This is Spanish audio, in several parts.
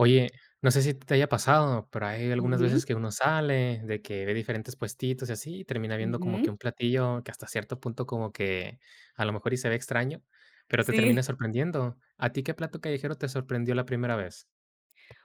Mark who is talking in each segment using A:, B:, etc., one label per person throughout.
A: Oye, no sé si te haya pasado, pero hay algunas
B: Ujú,
A: veces que uno sale, de que ve diferentes puestitos y así, y termina viendo como
B: ujú.
A: que un platillo que hasta cierto punto como que a lo mejor y se ve extraño, pero te termina
B: Sí.
A: sorprendiendo. ¿A ti qué plato callejero te sorprendió la primera vez?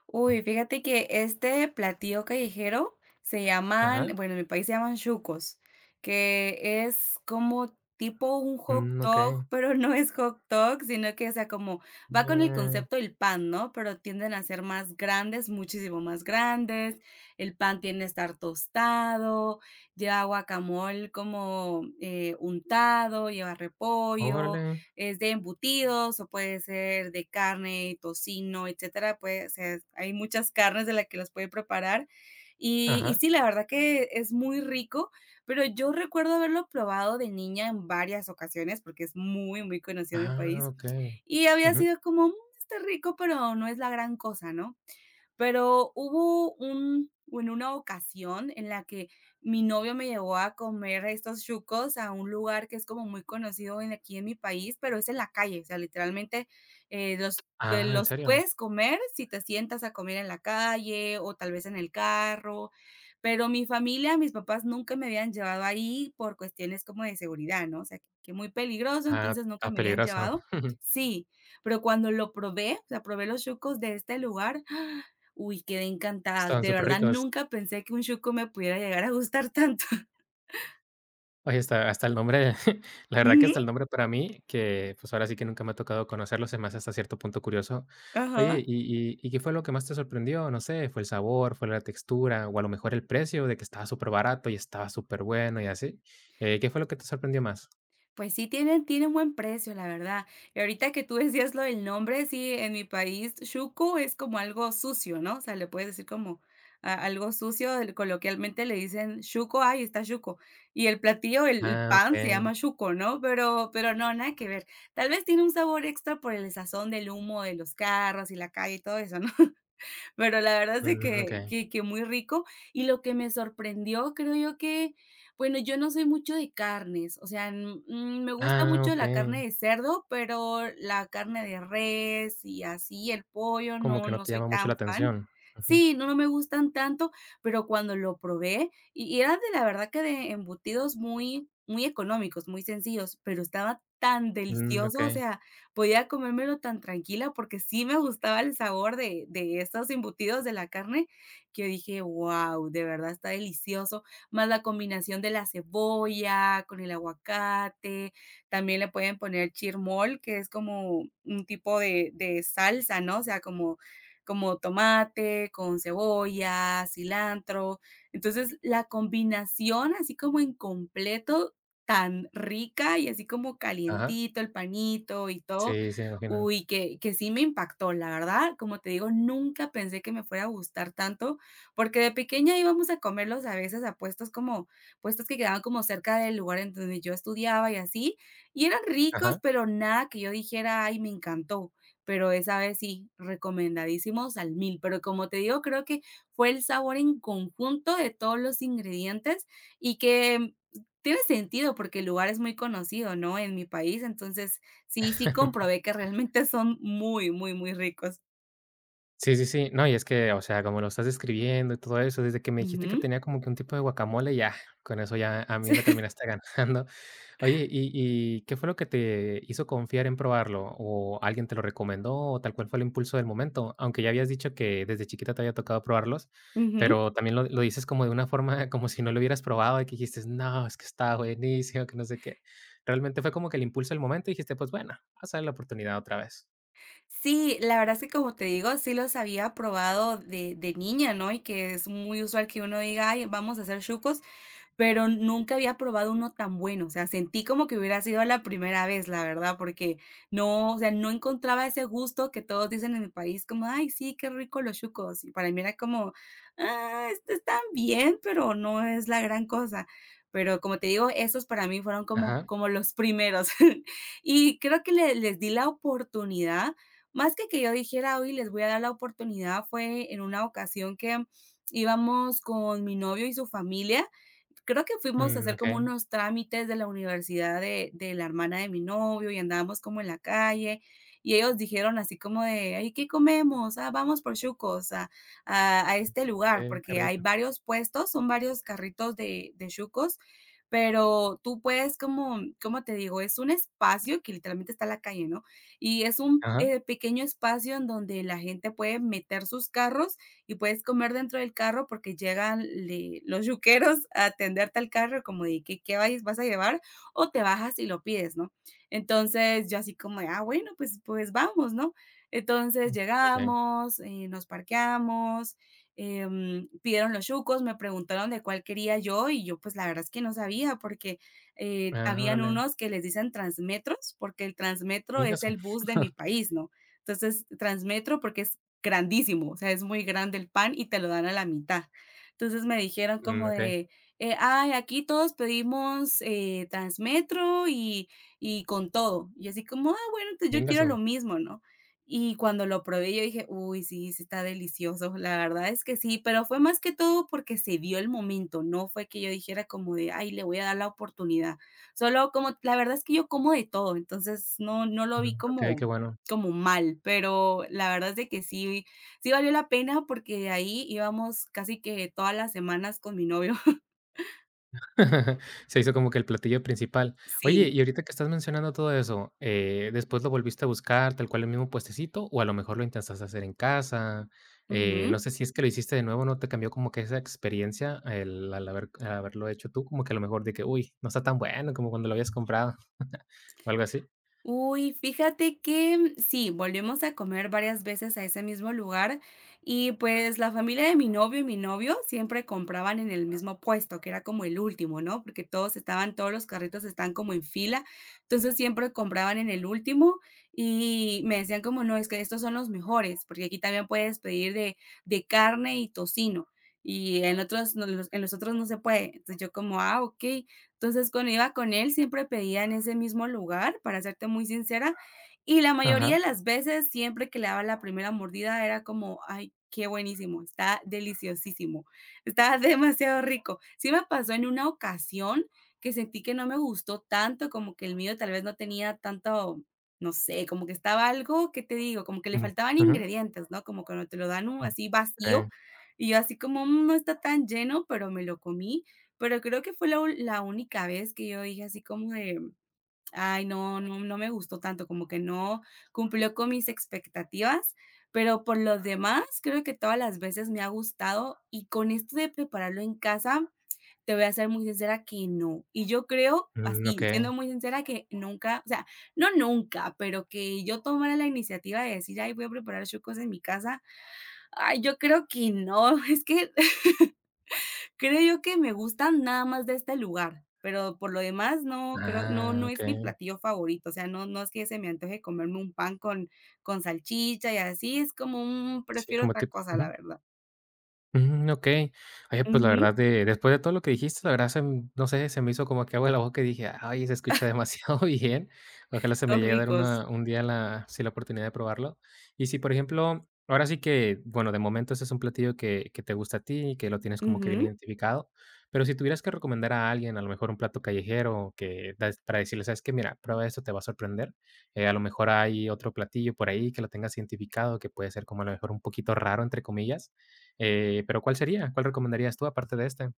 B: Uy, fíjate que este platillo callejero se llaman,
A: Ajá.
B: bueno, en mi país se llaman chucos, que es como tipo un hot dog,
A: Okey.
B: pero no es hot dog, sino que, o sea, como va con el
A: Mm,
B: concepto del pan, ¿no? Pero tienden a ser más grandes, muchísimo más grandes. El pan tiende a estar tostado, lleva guacamole como untado, lleva repollo,
A: Órale.
B: es de embutidos o puede ser de carne, tocino, etcétera. Puede, o sea, hay muchas carnes de las que las puede preparar. Y
A: Ajá.
B: sí, la verdad que es muy rico, pero yo recuerdo haberlo probado de niña en varias ocasiones porque es muy, muy conocido en mi
A: Ah,
B: país.
A: okey.
B: Y había
A: Ujú.
B: sido como: "Mm, está rico, pero no es la gran cosa, ¿no?". Pero hubo en una ocasión en la que mi novio me llevó a comer estos chucos a un lugar que es como muy conocido en aquí en mi país, pero es en la calle, o sea, literalmente,
A: Ah, ¿en
B: los
A: serio?
B: puedes comer si te sientas a comer en la calle o tal vez en el carro, pero mi familia, mis papás nunca me habían llevado ahí por cuestiones como de seguridad, ¿no? O sea, que muy peligroso,
A: Ah,
B: entonces nunca
A: ah,
B: me habían
A: peligroso.
B: llevado. Sí, pero cuando lo probé, o sea, probé los chucos de este lugar, uy, quedé encantada.
A: Estaban
B: De verdad,
A: superricos.
B: nunca pensé que un shuko me pudiera llegar a gustar tanto.
A: Oye, hasta el nombre, la verdad que
B: Ujú,
A: hasta el nombre para mí, que, pues, ahora sí que nunca me ha tocado conocerlo, se me hace hasta cierto punto curioso. Oye,
B: ajá.
A: ¿y qué fue lo que más te sorprendió? No sé, ¿fue el sabor, fue la textura, o a lo mejor el precio de que estaba súper barato y estaba súper bueno y así? ¿Qué fue lo que te sorprendió más?
B: Pues sí, tienen buen precio, la verdad. Y ahorita que tú decías lo del nombre, sí, en mi país, shuku es como algo sucio, ¿no? O sea, le puedes decir como a algo sucio, el coloquialmente le dicen: "Shuko, ay, está shuko". Y el platillo, el
A: Ah,
B: pan se
A: okey.
B: llama shuko, ¿no? Pero no, nada que ver. Tal vez tiene un sabor extra por el sazón del humo de los carros y la calle y todo eso, ¿no? Pero la verdad es de que
A: Okey.
B: que que muy rico. Y lo que me sorprendió, creo yo que, bueno, yo no soy mucho de carnes, o sea, me gusta
A: Ah,
B: mucho la carne
A: okey.
B: de cerdo, pero la carne de res y así, el pollo,
A: Como
B: no,
A: que no
B: no
A: te
B: soy
A: llama mucho la
B: tan fan.
A: atención. Ujú.
B: Sí, no, no me gustan tanto, pero cuando lo probé, y era de la verdad que de embutidos muy económicos, muy sencillos, pero estaba tan delicioso, o
A: Okey.
B: sea, podía comérmelo tan tranquila, porque sí me gustaba el sabor de estos embutidos de la carne, que dije: "Wow, de verdad está delicioso", más la combinación de la cebolla con el aguacate, también le pueden poner chirmol, que es como un tipo de salsa, ¿no? O sea, como como tomate con cebolla, cilantro. Entonces, la combinación, así como en completo, tan rica y así como
A: Ajá.
B: calientito el panito y todo.
A: Sí, sí, imagino.
B: Uy, que sí me impactó, la verdad, como te digo, nunca pensé que me fuera a gustar tanto, porque de pequeña íbamos a comerlos a veces a puestos como puestos que quedaban como cerca del lugar en donde yo estudiaba y así, y eran ricos,
A: Ajá.
B: pero nada que yo dijera: "Ay, me encantó", pero esa vez sí, recomendadísimos al mil, pero como te digo, creo que fue el sabor en conjunto de todos los ingredientes y que tiene sentido, porque el lugar es muy conocido, ¿no?, en mi país, entonces, sí, sí comprobé que realmente son muy, muy, muy ricos.
A: Sí, sí, sí. No, y es que, o sea, como lo estás describiendo y todo eso, desde que me dijiste que
B: Ujú.
A: tenía como que un tipo de guacamole, ya, con eso ya a mí me terminaste ganando. Oye, ¿y qué fue lo que te hizo confiar en probarlo? ¿O alguien te lo recomendó o tal cual fue el impulso del momento? Aunque ya habías dicho que desde chiquita te había tocado probarlos,
B: Ujú.
A: pero también lo dices como de una forma como si no lo hubieras probado y que dijiste: "No, es que está buenísimo, que no sé qué". Realmente fue como que el impulso del momento y dijiste: "Pues bueno, vamos a darle la oportunidad otra vez".
B: Sí, la verdad es que, como te digo, sí los había probado de niña, ¿no?, y que es muy usual que uno diga: "Ay, vamos a hacer chucos", pero nunca había probado uno tan bueno, o sea, sentí como que hubiera sido la primera vez, la verdad, porque no, o sea, no encontraba ese gusto que todos dicen en el país, como: "Ay, sí, qué rico los chucos". Y para mí era como: "Ah, este están bien, pero no es la gran cosa". Pero como te digo, esos para mí fueron como,
A: Ajá.
B: como los primeros. Y creo que les di la oportunidad, más que yo dijera, hoy les voy a dar la oportunidad, fue en una ocasión que íbamos con mi novio y su familia, creo que fuimos a hacer como
A: Okey,
B: unos trámites de la universidad de la hermana de mi novio y andábamos como en la calle, y ellos dijeron así como de: "Ay, ¿qué comemos? Ah, vamos por chucos a este lugar",
A: okey, qué
B: porque hay
A: rico.
B: varios puestos, son varios carritos de chucos, pero tú puedes como, ¿cómo te digo? Es un espacio que literalmente está en la calle, ¿no? Y es un,
A: Ajá,
B: pequeño espacio en donde la gente puede meter sus carros y puedes comer dentro del carro porque llegan los yuqueros a atenderte al carro como de que vas a llevar o te bajas y lo pides, ¿no? Entonces yo así como de: "Ah, bueno, pues, pues vamos, ¿no?". Entonces
A: okey.
B: llegamos, nos parqueamos, pidieron los yucos, me preguntaron de cuál quería yo y yo pues la verdad es que no sabía porque
A: Ah,
B: habían
A: órale,
B: unos que les dicen transmetros porque el transmetro es
A: Ingasu.
B: el bus de mi país, ¿no? Entonces, transmetro porque es grandísimo, o sea, es muy grande el pan y te lo dan a la mitad. Entonces me dijeron como
A: Okey,
B: de, ay, aquí todos pedimos Transmetro y con todo. Y así como: "Ah, bueno, entonces yo quiero
A: Ingasu.
B: lo mismo, ¿no?". Y cuando lo probé, yo dije, uy, sí, sí está delicioso. La verdad es que sí, pero fue más que todo porque se dio el momento. No fue que yo dijera como de: "Ay, le voy a dar la oportunidad". Solo como, la verdad es que yo como de todo, entonces no, no lo vi
A: Okey, qué
B: como
A: bueno.
B: como mal, pero la verdad es de que sí, sí valió la pena porque de ahí íbamos casi que todas las semanas con mi novio.
A: Se hizo como que el platillo principal. Oye,
B: Sí.
A: y ahorita que estás mencionando todo eso, ¿después lo volviste a buscar tal cual el mismo puestecito, o a lo mejor lo intentaste hacer en casa? No
B: Ujú.
A: sé si es que lo hiciste de nuevo, ¿no te cambió como que esa experiencia el al haberlo hecho tú? Como que a lo mejor de que: "Uy, no está tan bueno como cuando lo habías comprado", o algo así.
B: Uy, fíjate que sí, volvimos a comer varias veces a ese mismo lugar y pues la familia de mi novio y mi novio siempre compraban en el mismo puesto, que era como el último, ¿no? Porque todos estaban, todos los carritos están como en fila, entonces siempre compraban en el último y me decían como, no, es que estos son los mejores, porque aquí también puedes pedir de carne y tocino. Y en otros, en los otros no se puede. Entonces yo como, ah, ok. Entonces, cuando iba con él, siempre pedía en ese mismo lugar, para serte muy sincera, y la
A: Ajá,
B: mayoría de las veces, siempre que le daba la primera mordida, era como: "Ay, qué buenísimo, está deliciosísimo, está demasiado rico". Sí me pasó en una ocasión que sentí que no me gustó tanto, como que el mío tal vez no tenía tanto, no sé, como que estaba algo, ¿qué te digo? Como que le
A: mm,
B: faltaban
A: ujú,
B: ingredientes, ¿no? Como cuando te lo dan, así vacío,
A: okey,
B: y yo así como: "Mm, no está tan lleno", pero me lo comí, pero creo que fue la ul la única vez que yo dije así como de: "Ay, no, no, no me gustó tanto", como que no cumplió con mis expectativas, pero por los demás, creo que todas las veces me ha gustado, y con esto de prepararlo en casa, te voy a ser muy sincera que no. Y yo creo,
A: mm,
B: así,
A: okey.
B: siendo muy sincera, que nunca, o sea, no nunca, pero que yo tomara la iniciativa de decir: "Ay, voy a preparar chocos en mi casa", ay, yo creo que no. Es que creo que me gustan nada más de este lugar, pero por lo demás no creo, no
A: Ah,
B: no es mi
A: okey.
B: platillo favorito, o sea, no es que se me antoje comerme un pan con salchicha y así, es como un
A: Sí,
B: prefiero
A: como
B: otra
A: tipo
B: cosa, la
A: ujú.
B: verdad.
A: Okey. Oye, pues, la
B: Ujú,
A: verdad de después de todo lo que dijiste, la verdad se m no sé, se me hizo como que agua en la boca y dije: "Ay, se escucha demasiado bien". Ojalá se me
B: son
A: llegue a dar
B: ricos.
A: una un día la sí, la oportunidad de probarlo. Y si, por ejemplo, ahora sí que, bueno, de momento ese es un platillo que te gusta a ti y que lo tienes como que bien
B: Ujú.
A: identificado, pero si tuvieras que recomendar a alguien, a lo mejor un plato callejero que das para decirle: "¿Sabes que Mira, prueba esto, te va a sorprender". A lo mejor hay otro platillo por ahí que lo tengas identificado, que puede ser como a lo mejor un poquito raro, entre comillas, pero, ¿cuál sería? ¿Cuál recomendarías tú aparte de este?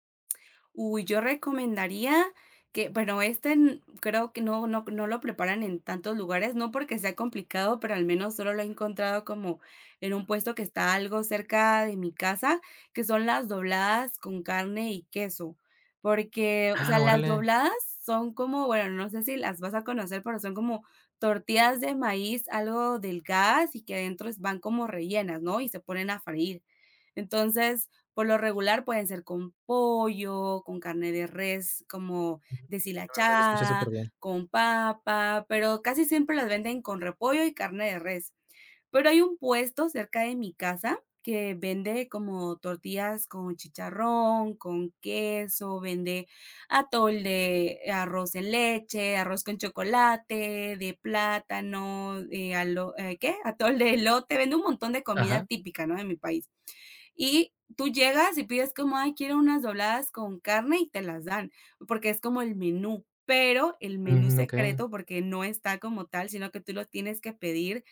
B: Uy, yo recomendaría que, bueno, creo que no, no, no lo preparan en tantos lugares, no porque sea complicado, pero al menos solo lo he encontrado como en un puesto que está algo cerca de mi casa, que son las dobladas con carne y queso. Porque, o sea,
A: Ah,
B: las
A: órale.
B: dobladas son como, bueno, no sé si las vas a conocer, pero son como tortillas de maíz, algo delgadas y que adentro van como rellenas, ¿no? Y se ponen a freír. Entonces, por lo regular pueden ser con pollo, con carne de res como
A: Ujú, órale, se escucha
B: deshilachada,
A: súper bien.
B: con papa, pero casi siempre las venden con repollo y carne de res. Pero hay un puesto cerca de mi casa que vende como tortillas con chicharrón, con queso, vende atol de arroz en leche, arroz con chocolate, de plátano, de alo ¿qué? Atol de elote, vende un montón de comida
A: Ajá.
B: típica, ¿no?, de mi país. Y tú llegas y pides como: "Ay, quiero unas dobladas con carne", y te las dan, porque es como el menú, pero el menú
A: Okey.
B: secreto, porque no está como tal, sino que tú lo tienes que pedir,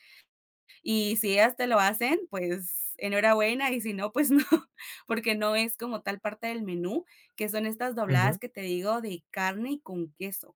B: y si ellas te lo hacen, pues enhorabuena, y si no, pues no. Porque no es como tal parte del menú, que son estas dobladas
A: Ujú.
B: que te digo de carne y con queso,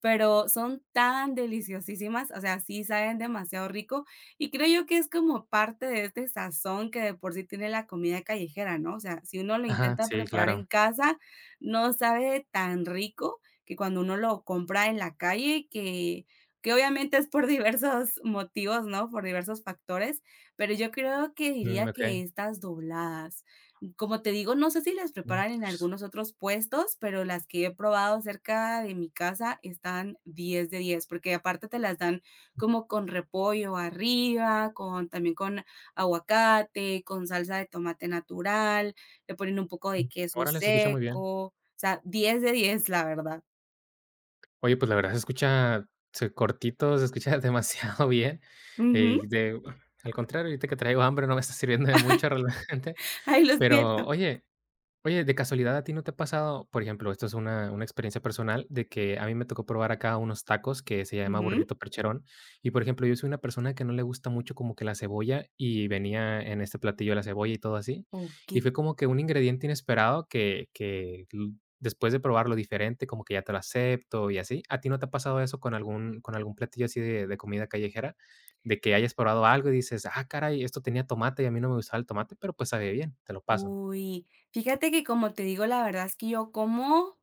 B: pero son tan deliciosísimas, o sea, sí saben demasiado rico y creo yo que es como parte de este sazón que de por sí tiene la comida callejera, ¿no? O sea, si uno lo
A: Ajá,
B: intenta
A: sí,
B: preparar
A: claro.
B: en casa, no sabe tan rico que cuando uno lo compra en la calle, que obviamente es por diversos motivos, ¿no? Por diversos factores, pero yo creo que diría que
A: Okey.
B: estas dobladas. Como te digo, no sé si las
A: Mm,
B: preparan en
A: se escucha
B: algunos otros puestos, pero las que he probado cerca de mi casa están 10/10, porque aparte te las dan como con repollo arriba, con también con aguacate, con salsa de tomate natural, le ponen un poco
A: su
B: de
A: mm,
B: queso
A: Órale, se escucha muy bien.
B: seco, o sea, 10/10, la verdad.
A: Oye, pues, la verdad se escucha se cortito, se escucha demasiado bien,
B: Ujú.
A: y de al contrario, ahorita que traigo hambre no me está sirviendo de mucho realmente,
B: Ay, lo
A: pero,
B: siento.
A: oye Oye, de casualidad, ¿a ti no te ha pasado? Por ejemplo, esto es una experiencia personal de que a mí me tocó probar acá unos tacos que se llama
B: Ujú.
A: burrito percherón. Y, por ejemplo, yo soy una persona que no le gusta mucho como que la cebolla, y venía en este platillo la cebolla y todo así.
B: Ok.
A: Y fue como que un ingrediente inesperado que l después de probarlo diferente, como que ya te lo acepto y así. ¿A ti no te ha pasado eso con algún platillo así de comida callejera? De que hayas probado algo y dices: "Ah, caray, esto tenía tomate y a mí no me gustaba el tomate, pero, pues, sabe bien, te lo paso".
B: Uy, fíjate que como te digo, la verdad es que yo como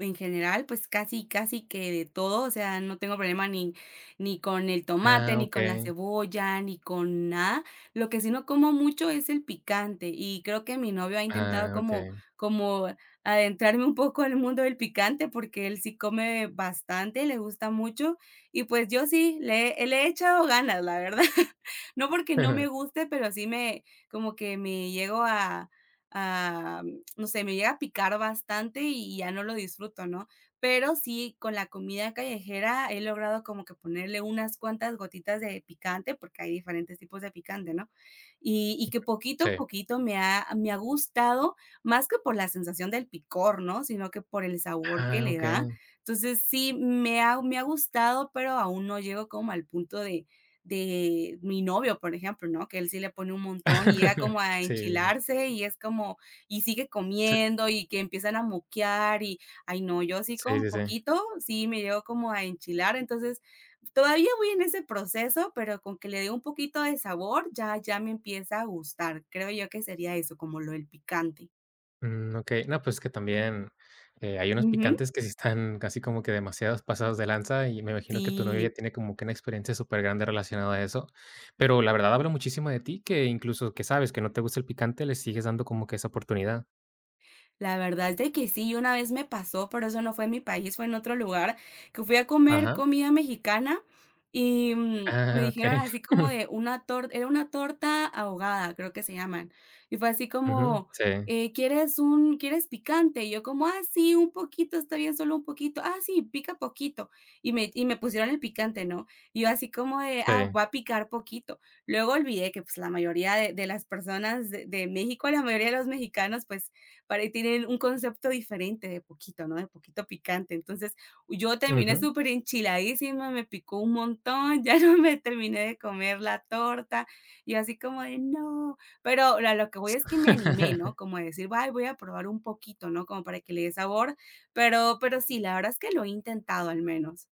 B: en general, pues casi, casi que de todo, o sea, no tengo problema ni con el tomate,
A: Ah,
B: ni con la
A: okey.
B: cebolla, ni con nada. Lo que sí no como mucho es el picante y creo que mi novio ha intentado
A: Ah, okay,
B: como adentrarme un poco al mundo del picante porque él sí come bastante, le gusta mucho y pues yo sí, le he echado ganas, la verdad. No porque no me guste, pero sí me, como que me llego a ah, no sé, me llega a picar bastante y ya no lo disfruto, ¿no? Pero sí, con la comida callejera he logrado como que ponerle unas cuantas gotitas de picante, porque hay diferentes tipos de picante, ¿no? Y que poquito a
A: sí.
B: poquito me ha gustado, más que por la sensación del picor, ¿no? Sino que por el sabor que
A: Ah,
B: le da.
A: okay,
B: Entonces sí, me ha gustado, pero aún no llego como al punto de mi novio, por ejemplo, ¿no? Que él sí le pone un montón y llega como a
A: sí,
B: enchilarse y es como, y sigue
A: sí,
B: comiendo y que empiezan a moquear y, ay no, yo sí
A: sí,
B: con
A: sí, sí.
B: poquito, sí me llego como a enchilar, entonces, todavía voy en ese proceso, pero con que le dé un poquito de sabor, ya ya me empieza a gustar. Creo yo que sería eso, como lo del picante.
A: Okey. No, pues, que también, hay unos
B: Ujú.
A: picantes que sí están casi como que demasiados pasados de lanza, y me imagino que tu novio
B: Sí.
A: ya tiene como que una experiencia súper grande relacionada a eso. Pero la verdad hablo muchísimo de ti, que incluso que sabes que no te gusta el picante, le sigues dando como que esa oportunidad.
B: La verdad es de que sí, una vez me pasó, pero eso no fue en mi país, fue en otro lugar, que fui a comer
A: Ajá.
B: comida mexicana y, me
A: Ah,
B: dijeron
A: okey.
B: así como de una torta era una torta ahogada, creo que se llaman, y fue así
A: Ujú.
B: como,
A: Sí,
B: quieres picante? Y yo como, ah, sí, un poquito, está bien, solo un poquito, ah, sí, pica poquito, y me pusieron el picante, ¿no? Y yo así como de, ah,
A: sí.
B: va a picar poquito. Luego olvidé que, pues, la mayoría de las personas de México, la mayoría de los mexicanos, pues, para tienen un concepto diferente de poquito, ¿no? De poquito picante. Entonces, yo terminé
A: Ujú.
B: súper enchiladísima, me picó un montón, ya no me terminé de comer la torta y así como de no, pero a lo que voy es que me animé, ¿no? Como de decir, "Ay, voy a probar un poquito", ¿no? Como para que le dé sabor, pero sí, la verdad es que lo he intentado al menos.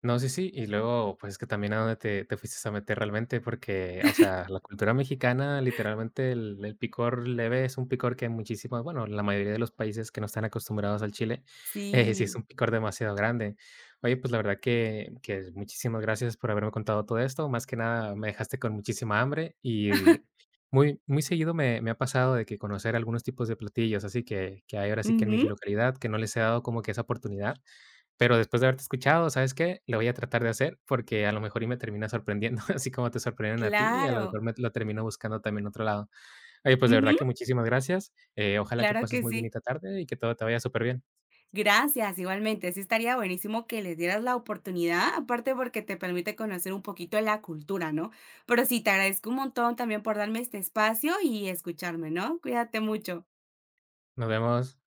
A: No, sí, sí, y luego, pues, es que también a dónde te te fuiste a meter realmente, porque, o sea, la cultura mexicana, literalmente, el picor leve es un picor que en muchísimas bueno, la mayoría de los países que no están acostumbrados al chile, sí es
B: Sí.
A: un picor demasiado grande. Oye, pues, la verdad que muchísimas gracias por haberme contado todo esto. Más que nada, me dejaste con muchísima hambre y muy seguido me ha pasado de que conocer algunos tipos de platillos, así que hay ahora sí que en
B: Ujú,
A: mi localidad, que no les he dado como que esa oportunidad. Pero después de haberte escuchado, ¿sabes qué? Lo voy a tratar de hacer porque a lo mejor y me termina sorprendiendo, así como te sorprendieron a ti y a lo
B: claro.
A: mejor me lo termino buscando también en otro lado. Oye, pues de
B: Ujú,
A: verdad que muchísimas gracias. Ojalá que
B: claro
A: pases
B: que
A: muy
B: sí.
A: bonita tarde y que todo te vaya súper bien.
B: Gracias, igualmente. Sí, estaría buenísimo que les dieras la oportunidad, aparte porque te permite conocer un poquito de la cultura, ¿no? Pero sí, te agradezco un montón también por darme este espacio y escucharme, ¿no? Cuídate mucho.
A: Nos vemos.